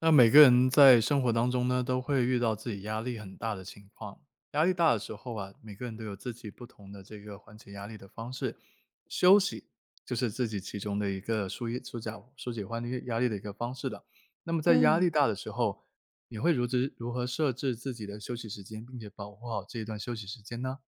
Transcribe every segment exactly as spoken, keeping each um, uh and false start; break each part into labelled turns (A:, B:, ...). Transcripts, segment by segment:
A: 那每个人在生活当中呢，都会遇到自己压力很大的情况。压力大的时候啊，每个人都有自己不同的这个缓解压力的方式。休息就是自己其中的一个疏一疏解疏解压力压力的一个方式了。那么在压
B: 嗯，
A: 力大的时候，你会如之如何设置自己的休息时间，并且保护好这一段休息时间呢？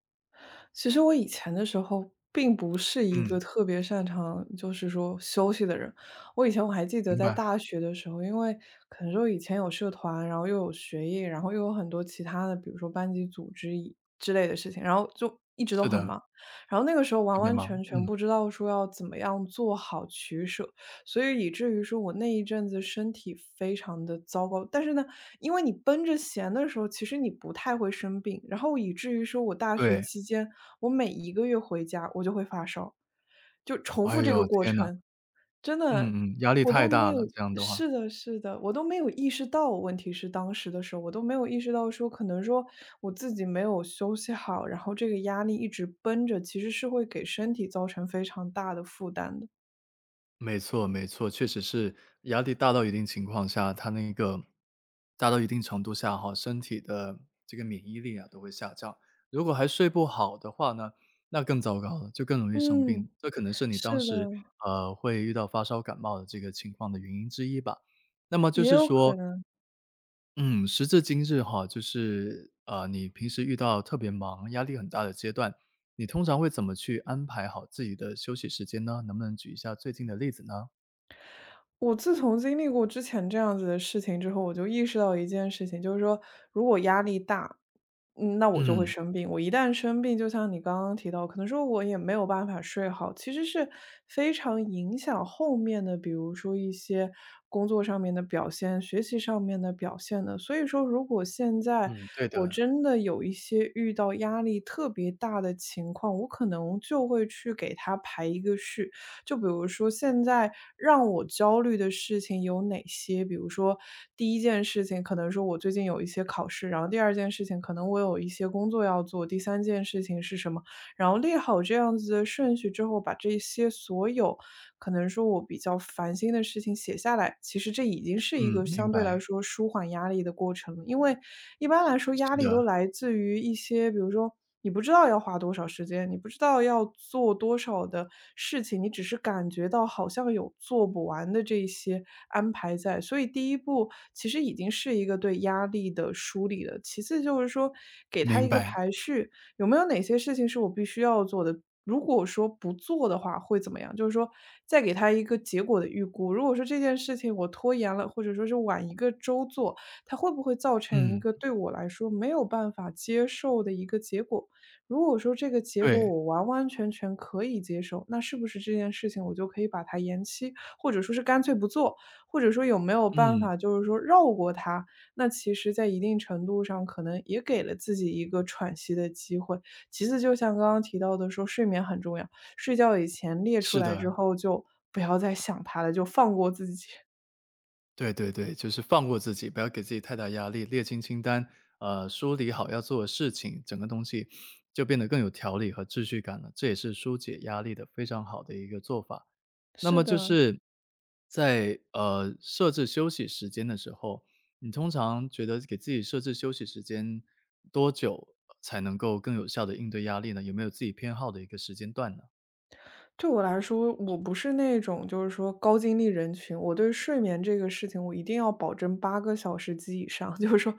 B: 其实我以前的时候并不是一个
A: 嗯，
B: 特别擅长，就是说休息的人。我以前我还记得
A: 明
B: 在
A: 白，
B: 大学的时候，因为可能说以前有社团，然后又有学业，然后又有很多其他的，比如说班级组织以之类的事情，然后就一直都
A: 是
B: 很
A: 的，
B: 忙。然后那个时候
A: 特
B: 完
A: 别
B: 完
A: 忙。
B: 全
A: 嗯，
B: 全不知道说要怎么样做好取舍，所以以至于说我那一阵子身体非常的糟糕。但是呢，因为你奔着闲的时候，其实你不太会生病，然后以至于说我大学
A: 对。
B: 期间，我每一个月回家我就会发烧，就重
A: 哎
B: 复这个
A: 呦，
B: 过
A: 天呐，
B: 程，真的，
A: 嗯嗯，压力
B: 我
A: 太
B: 都没
A: 大了，
B: 有
A: 这样的话。
B: 是的是的，我都没有意识到，问题是当时的时候，我都没有意识到说可能说我自己没有休息好，然后这个压力一直绷着，其实是会给身体造成非常大的负担的。
A: 没错没错，确实是压力大到一定情况下，它那个大到一定程度下哈，身体的这个免疫力啊都会下降。如果还睡不好的话呢，那更糟糕了，就更容易生病。
B: 嗯，
A: 这可能是你当
B: 是
A: 时
B: 的。
A: 呃会遇到发烧感冒的这个情况的原因之一吧。那么就
B: 也
A: 是
B: 有可
A: 说，
B: 能。
A: 嗯，时至今日哈，就是呃你平时遇到特别忙、压力很大的阶段，你通常会怎么去安排好自己的休息时间呢？能不能举一下最近的例子呢？
B: 我自从经历过之前这样子的事情之后，我就意识到一件事情，就是说如果压力大，嗯，那我就会
A: 嗯，
B: 生病。我一旦生病，就像你刚刚提到，可能说我也没有办法睡好，其实是非常影响后面的，比如说一些工作上面的表现、学习上面的表现的。所以说，如果现在
A: 嗯，对
B: 我
A: 的，
B: 真的有一些遇到压力特别大的情况，我可能就会去给他排一个序。就比如说现在让我焦虑的事情有哪些？比如说第一件事情可能说我最近有一些考试，然后第二件事情可能我有一些工作要做，第三件事情是什么？然后列好这样子的顺序之后，把这些所有可能说我比较烦心的事情写下来，其实这已经是一
A: 嗯，
B: 个
A: 明
B: 相对
A: 白，
B: 来说舒缓压力的过程了。因为一般来说
A: 是
B: 压力
A: 的，
B: 都来自于一些，比如说你不知道要花多少时间，你不知道要做多少的事情，你只是感觉到好像有做不完的这些安排在。所以第一步其实已经是一个对压力的梳理了。其次就是说给他
A: 明
B: 一个
A: 白，
B: 排序，有没有哪些事情是我必须要做的？如果说不做的话会怎么样？就是说，再给他一个结果的预估。如果说这件事情我拖延了，或者说是晚一个周做，它会不会造成一
A: 嗯，
B: 个对我来说没有办法接受的一个结果？如果说这个结果
A: 对，
B: 我完完全全可以接受，那是不是这件事情我就可以把它延期，或者说是干脆不做，或者说有没有办
A: 嗯，
B: 法就是说绕过它？那其实，在一定程度上，可能也给了自己一个喘息的机会。其次，就像刚刚提到的说，睡眠很重要，睡觉以前列出
A: 是
B: 来
A: 的，
B: 之后，就不要再想它了，就放过自己。
A: 对对对，就是放过自己，不要给自己太大压力，列清清单，呃，梳理好要做的事情，整个东西就变得更有条理和秩序感了，这也是疏解压力的非常好的一个做法。那
B: 是
A: 么就
B: 的，
A: 是在，呃，设置休息时间的时候，你通常觉得给自己设置休息时间多久才能够更有效的应对压力呢？有没有自己偏好的一个时间段呢？
B: 对我来说，我不是那种就是说高精力人群，我对睡眠这个事情，我一定要保证八个小时及以上。就是说，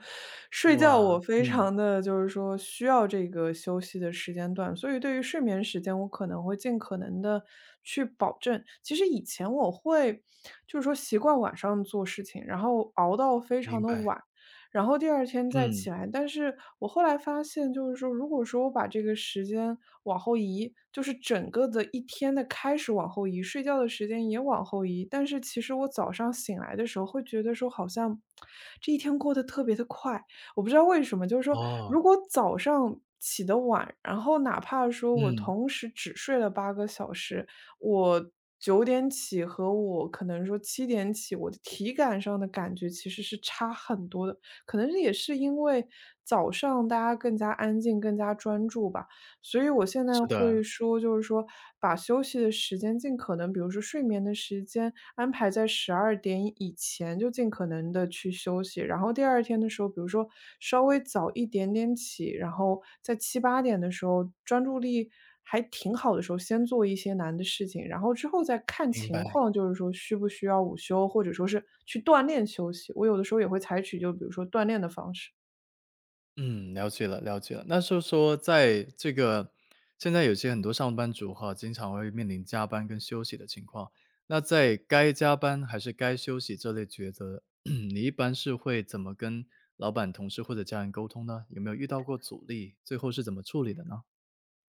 B: 睡觉我
A: 哇，
B: 非
A: 嗯，
B: 常的就是说需要这个休息的时间段，所以对于睡眠时间，我可能会尽可能的去保证。其实以前我会就是说习惯晚上做事情，然后熬到非
A: 明
B: 常的
A: 白。
B: 晚，然后第二天再
A: 嗯，
B: 起来。但是我后来发现，就是说如果说我把这个时间往后移，就是整个的一天的开始往后移，睡觉的时间也往后移，但是其实我早上醒来的时候会觉得说好像这一天过得特别的快，我不知道为什么。就是说
A: 哦，
B: 如果早上起得晚，然后哪怕说我
A: 嗯，
B: 同时只睡了八个小时，我九点起和我可能说七点起，我的体感上的感觉其实是差很多的。可能也是因为早上大家更加安静、更加专注吧。所以我现
A: 是
B: 在
A: 的。
B: 会说，就是说把休息的时间尽可能，比如说睡眠的时间安排在十二点以前，就尽可能的去休息。然后第二天的时候，比如说稍微早一点点起，然后在七八点的时候，专注力还挺好的时候，先做一些难的事情，然后之后再看
A: 明
B: 情
A: 白。
B: 况，就是说需不需要午休，或者说是去锻炼休息。我有的时候也会采取就比如说锻炼的方式。
A: 嗯，了解了，了解了。那就是说，在这个现在有些很多上班族哈，经常会面临加班跟休息的情况。那在该加班还是该休息这类抉择，你一般是会怎么跟老板、同事或者家人沟通呢？有没有遇到过阻力？最后是怎么处理的呢？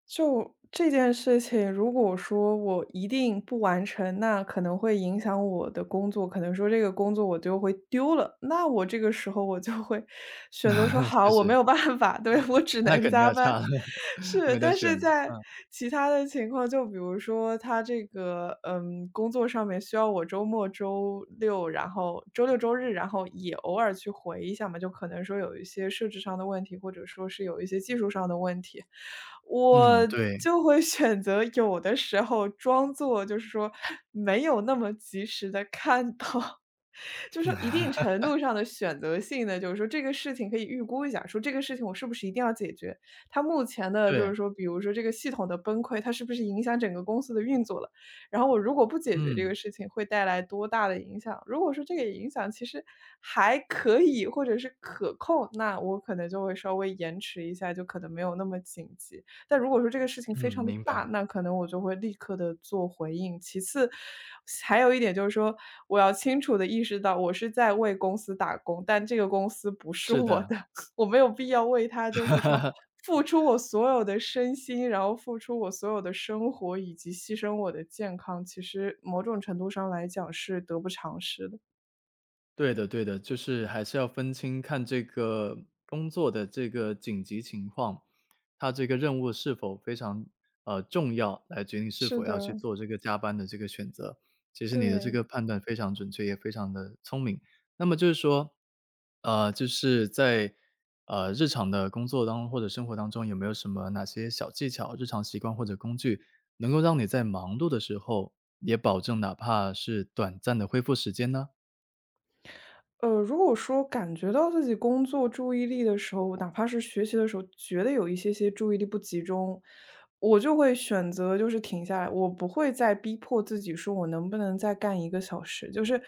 B: 就这件事情，如果说我一定不完成，那可能会影响我的工作，可能说这个工作我就会丢了。那我这个时候我就会 选择说 好，
A: 是
B: 我没
A: 是，
B: 有办法，对，我只
A: 那
B: 能
A: 肯定
B: 加
A: 要
B: 班。
A: 差了，
B: 是，
A: 没得
B: 但
A: 选
B: 是
A: 了。
B: 在其他的情况，就比如说他这个嗯工作上面需要我周末周六。就然后周六周日，然后也偶尔去回一下嘛，就可能说有一些设置上的问题，或者说是有一些技术上的问题，
A: 嗯，
B: 我
A: 对
B: 就会选择有的时候装作就是说没有那么及时的看到。就说一定程度上的选择性的，就是说这个事情可以预估一下，说这个事情我是不是一定要解决，它目前的就
A: 对，
B: 是说，比如说这个系统的崩溃，它是不是影响整个公司的运作了，然后我如果不解决这个
A: 嗯
B: 事情会带来多大的影响？如果说这个影响其实还可以，或者是可控，那我可能就会稍微延迟一下，就可能没有那么紧急。但如果说这个事情
A: 嗯，
B: 非常的
A: 明
B: 大，
A: 白，
B: 那可能我就会立刻的做回应。其次，还有一点就是说，我要清楚的意识到我是在为公司打工，但这个公司不是
A: 是
B: 我的，
A: 的。
B: 我没有必要为它就是说 付出我所有的身心，然后付出我所有的生活，以及牺牲我的健康，其实某种程度上来讲是得不偿失的。
A: 对的对的，就是还是要分清看这个工作的这个紧急情况，它这个任务是否非常，呃，重要，来决定是
B: 是
A: 否要去
B: 的，
A: 做这个加班的这个选择。其实你的这
B: 对。
A: 个判断非常准确，也非常的聪明。那么就是说，呃，就是在，呃，日常的工作当中或者生活当中，有没有什么哪些小技巧、日常习惯或者工具，能够让你在忙碌的时候，也保证哪怕是短暂的恢复时间呢？
B: 呃，如果说感觉到自己工作注意力的时候，哪怕是学习的时候，觉得有一些些注意力不集中，我就会选择就是停下来，我不会再逼迫自己说我能不能再干一个小时。就是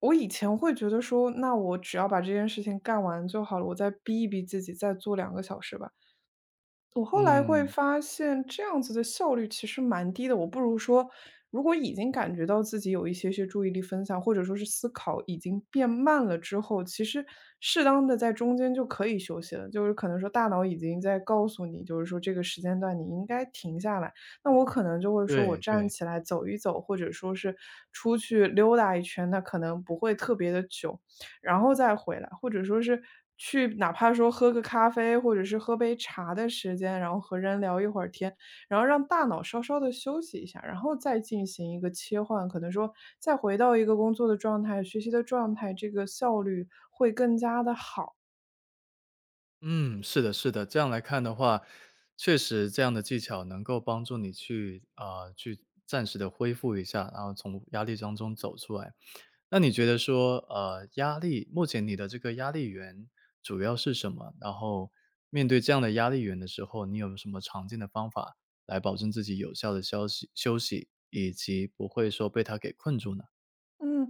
B: 我以前会觉得说，那我只要把这件事情干完就好了，我再逼一逼自己，再做两个小时吧。我后来会
A: 嗯。
B: 发现这样子的效率其实蛮低的，我不如说，如果已经感觉到自己有一些些注意力分散，或者说是思考已经变慢了之后，其实适当的在中间就可以休息了，就是可能说大脑已经在告诉你，就是说这个时间段你应该停下来，那我可能就会说我
A: 对
B: 站
A: 对，
B: 起来走一走，或者说是出去溜达一圈，那可能不会特别的久。然后再回来，或者说是去哪怕说喝个咖啡，或者是喝杯茶的时间，然后和人聊一会儿天，然后让大脑稍稍的休息一下，然后再进行一个切换，可能说再回到一个工作的状态、学习的状态，这个效率会更加的好。
A: 嗯，是的是的。这样来看的话，确实这样的技巧能够帮助你去啊，呃去暂时的恢复一下，然后从压力当中走出来。那你觉得说，呃，压力目前你的这个压力源主要是什么？然后面对这样的压力源的时候，你有什么常见的方法来保证自己有效的休息休息，以及不会说被它给困住呢？
B: 嗯，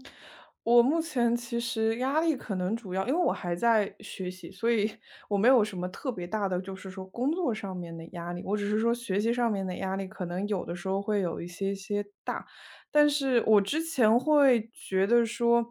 B: 我目前其实压力可能主要因为我还在学习，所以 我没有什么特别大的，就是说工作上面的压力。我只是说学习上面的压力，可能有的时候会有一些些大。但是我之前会觉得说，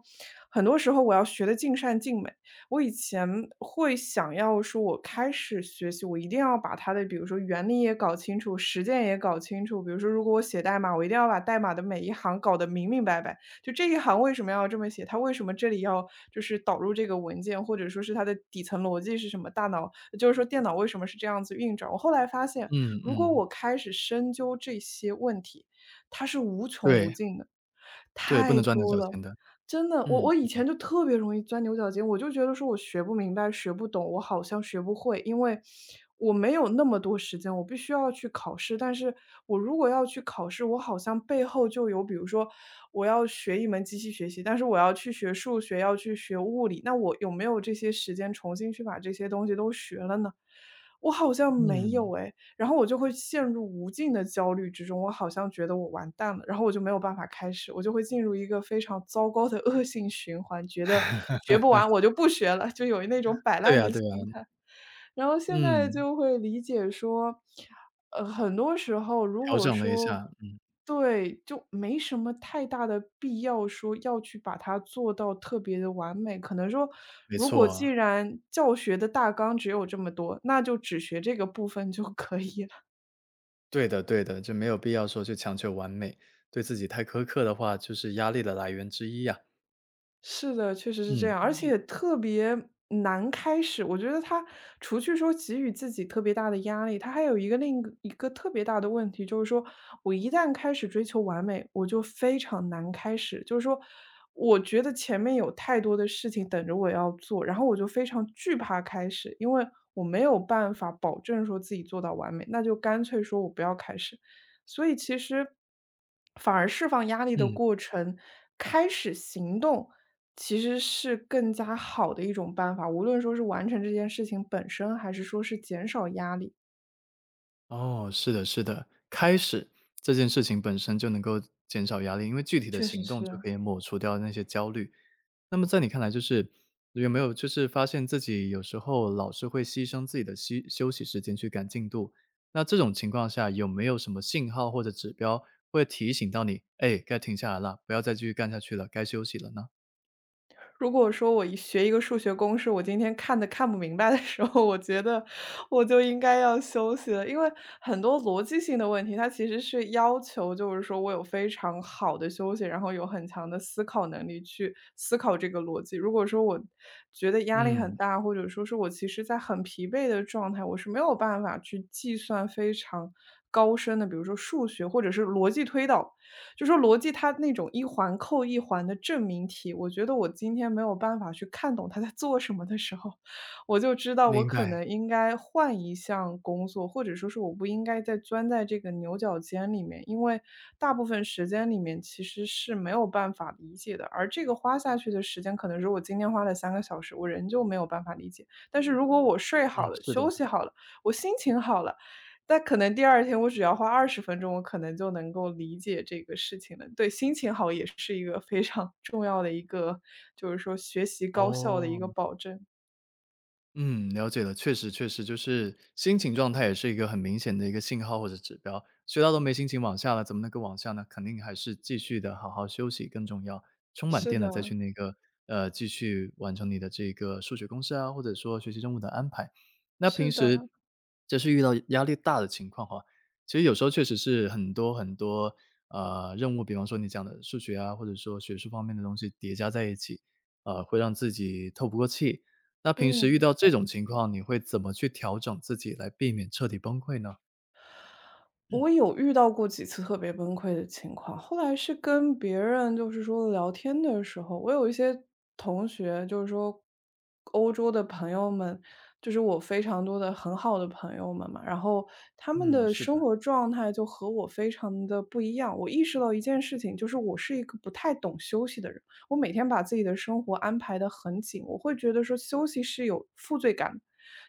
B: 很多时候我要学的尽善尽美。我以前会想要说，我开始学习，我一定要把它的，比如说原理也搞清楚，实践也搞清楚。比如说，如果我写代码，我一定要把代码的每一行搞得明明白白。就这一行为什么要这么写？它为什么这里要就是导入这个文件，或者说是它的底层逻辑是什么？大脑就是说电脑为什么是这样子运转？我后来发现，
A: 嗯
B: 如果
A: 嗯，
B: 我开始深究这些问题，它是无穷无
A: 对，
B: 尽的，
A: 对，不
B: 太
A: 能钻牛
B: 多
A: 角尖
B: 了。
A: 的。
B: 真的，我
A: 嗯，
B: 我以前就特别容易钻牛角尖，我就觉得说我学不明白、学不懂，我好像学不会，因为我没有那么多时间，我必须要去考试。但是我如果要去考试，我好像背后就有，比如说我要学一门机器学习，但是我要去学数学，要去学物理，那我有没有这些时间重新去把这些东西都学了呢？我好像没有
A: 嗯，
B: 诶。然后我就会陷入无尽的焦虑之中，我好像觉得我完蛋了，然后我就没有办法开始，我就会进入一个非常糟糕的恶性循环，觉得学不完我就不学了，就有那种摆
A: 对
B: 烂
A: 呀
B: 的
A: 对
B: 心
A: 呀。
B: 态。然后现在
A: 嗯，
B: 就会理解说，呃，很多时候如
A: 调
B: 果
A: 整了一
B: 说
A: 下，嗯
B: 对，就没什么太大的必要说要去把它做到特别的完美。可能说，
A: 没
B: 如果
A: 错
B: 既
A: 啊，
B: 然教学的大纲只有这么多，那就只学这个部分就可以了。
A: 对的对的，就没有必要说去强求完美，对自己太苛刻的话，就是压力的来源之一呀。
B: 是的，确实是这
A: 嗯，
B: 样，而且特别难开始。我觉得他除去说给予自己特别大的压力，他还有一个另一个一个特别大的问题，就是说我一旦开始追求完美，我就非常难开始。就是说，我觉得前面有太多的事情等着我要做，然后我就非常惧怕开始，因为我没有办法保证说自己做到完美，那就干脆说我不要开始。所以其实反而释放压力的
A: 嗯。
B: 过程，开始行动。其实是更加好的一种办法，无论说是完成这件事情本身，还是说是减少压力，
A: 哦，是的，是的，开始这件事情本身就能够减少压力，因为具体的
B: 确实
A: 行动就
B: 是。
A: 可以抹除掉那些焦虑。那么在你看来，就是有没有就是发现自己有时候老是会牺牲自己的休休息时间去赶进度？那这种情况下，有没有什么信号或者指标会提醒到你，哎，该停下来了，不要再继续干下去了，该休息了呢？
B: 如果说我一学一个数学公式，我今天看的看不明白的时候，我觉得我就应该要休息了。因为很多逻辑性的问题，它其实是要求就是说我有非常好的休息，然后有很强的思考能力去思考这个逻辑。如果说我觉得压力很
A: 嗯，
B: 大，或者说是我其实在很疲惫的状态，我是没有办法去计算非常高深的，比如说数学或者是逻辑推导就说逻辑它那种一环扣一环的证明题，我觉得我今天没有办法去看懂他在做什么的时候，我就知道我
A: 明
B: 可
A: 白，
B: 能应该换一项工作，或者说是我不应该再钻在这个牛角尖里面，因为大部分时间里面其实是没有办法理解的，而这个花下去的时间，可能是我今天花了三个小时，我仍旧没有办法理解。但是如果我睡
A: 嗯，
B: 好了、
A: 是的，
B: 休息好了，我心情好了。但可能第二天我只要花二十分钟，我可能就能够理解这个事情了。对，心情好也是一个非常 重要的一个，就是说学习高效的一个
A: 哦。
B: 保证。
A: 嗯，了解了，确实确实，就是心情状态也是一个很明显的一个信号或者指标。学到都没心情往下了，怎么能够往下呢？肯定还是继续的好好休息更重要，充满
B: 是
A: 电了再去
B: 的，
A: 那个呃继续完成你的这个数学公式啊，或者说学习任务的安排。那
B: 是
A: 平
B: 的，
A: 时就是遇到压力大的情况哈，其实有时候确实是很多很多呃任务，比方说你讲的数学啊，或者说学术方面的东西叠加在一起，呃，会让自己透不过气。那平时遇
B: 嗯。
A: 到这种情况，你会怎么去调整自己来避免彻底崩溃呢？
B: 我有遇到过几次特别崩溃的情况，后来是跟别人就是说聊天的时候，我有一些同学，就是说欧洲的朋友们，就是我非常多的很好的朋友们嘛，然后他们
A: 嗯，
B: 的
A: 是
B: 生
A: 的，
B: 活状态就和我非常的不一样。我意识到一件事情，就是我是一个不太懂休息的人，我每天把自己的生活安排得很紧，我会觉得说休息是有负罪感的。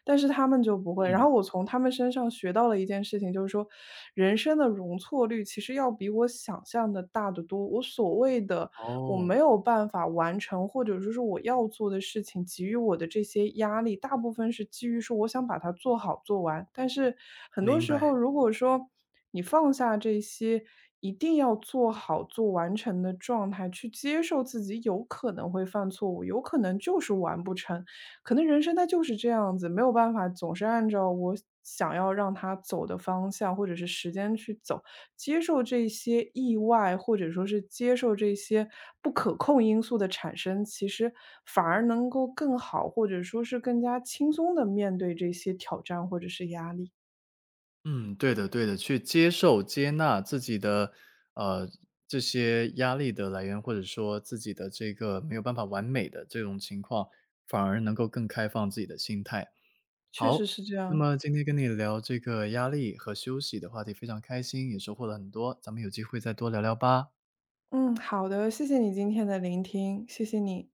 B: 但是他们就不会。然后
A: 嗯，
B: 我从他们身上学到了一件事情，就是说人生的容错率其实要比我想象的大得多。我所谓的我
A: 哦，
B: 没有办法完成，或者说是我要做的事情给予我的这些压力，大部分是基于说我想把它做好做完。但是很多
A: 明
B: 时
A: 白。
B: 候，如果说你放下这些一定要做好、做完成的状态，去接受自己有可能会犯错误，有可能就是完不成。可能人生它就是这样子，没有办法总是按照我想要让它走的方向或者是时间去走，接受这些意外，或者说是接受这些不可控因素的产生，其实反而能够更好，或者说是更加轻松的面对这些挑战或者是压力。
A: 嗯，对的，对的，去接受、接纳自己的，呃，这些压力的来源，或者说自己的这个没有办法完美的这种情况，反而能够更开放自己的心态。
B: 确实
A: 好，
B: 是这
A: 那
B: 样。
A: 么今天跟你聊这个压力和休息的话题非常开心，也收获了很多，咱们有机会再多聊聊吧。
B: 嗯，好的，谢谢你今天的聆听，谢谢你。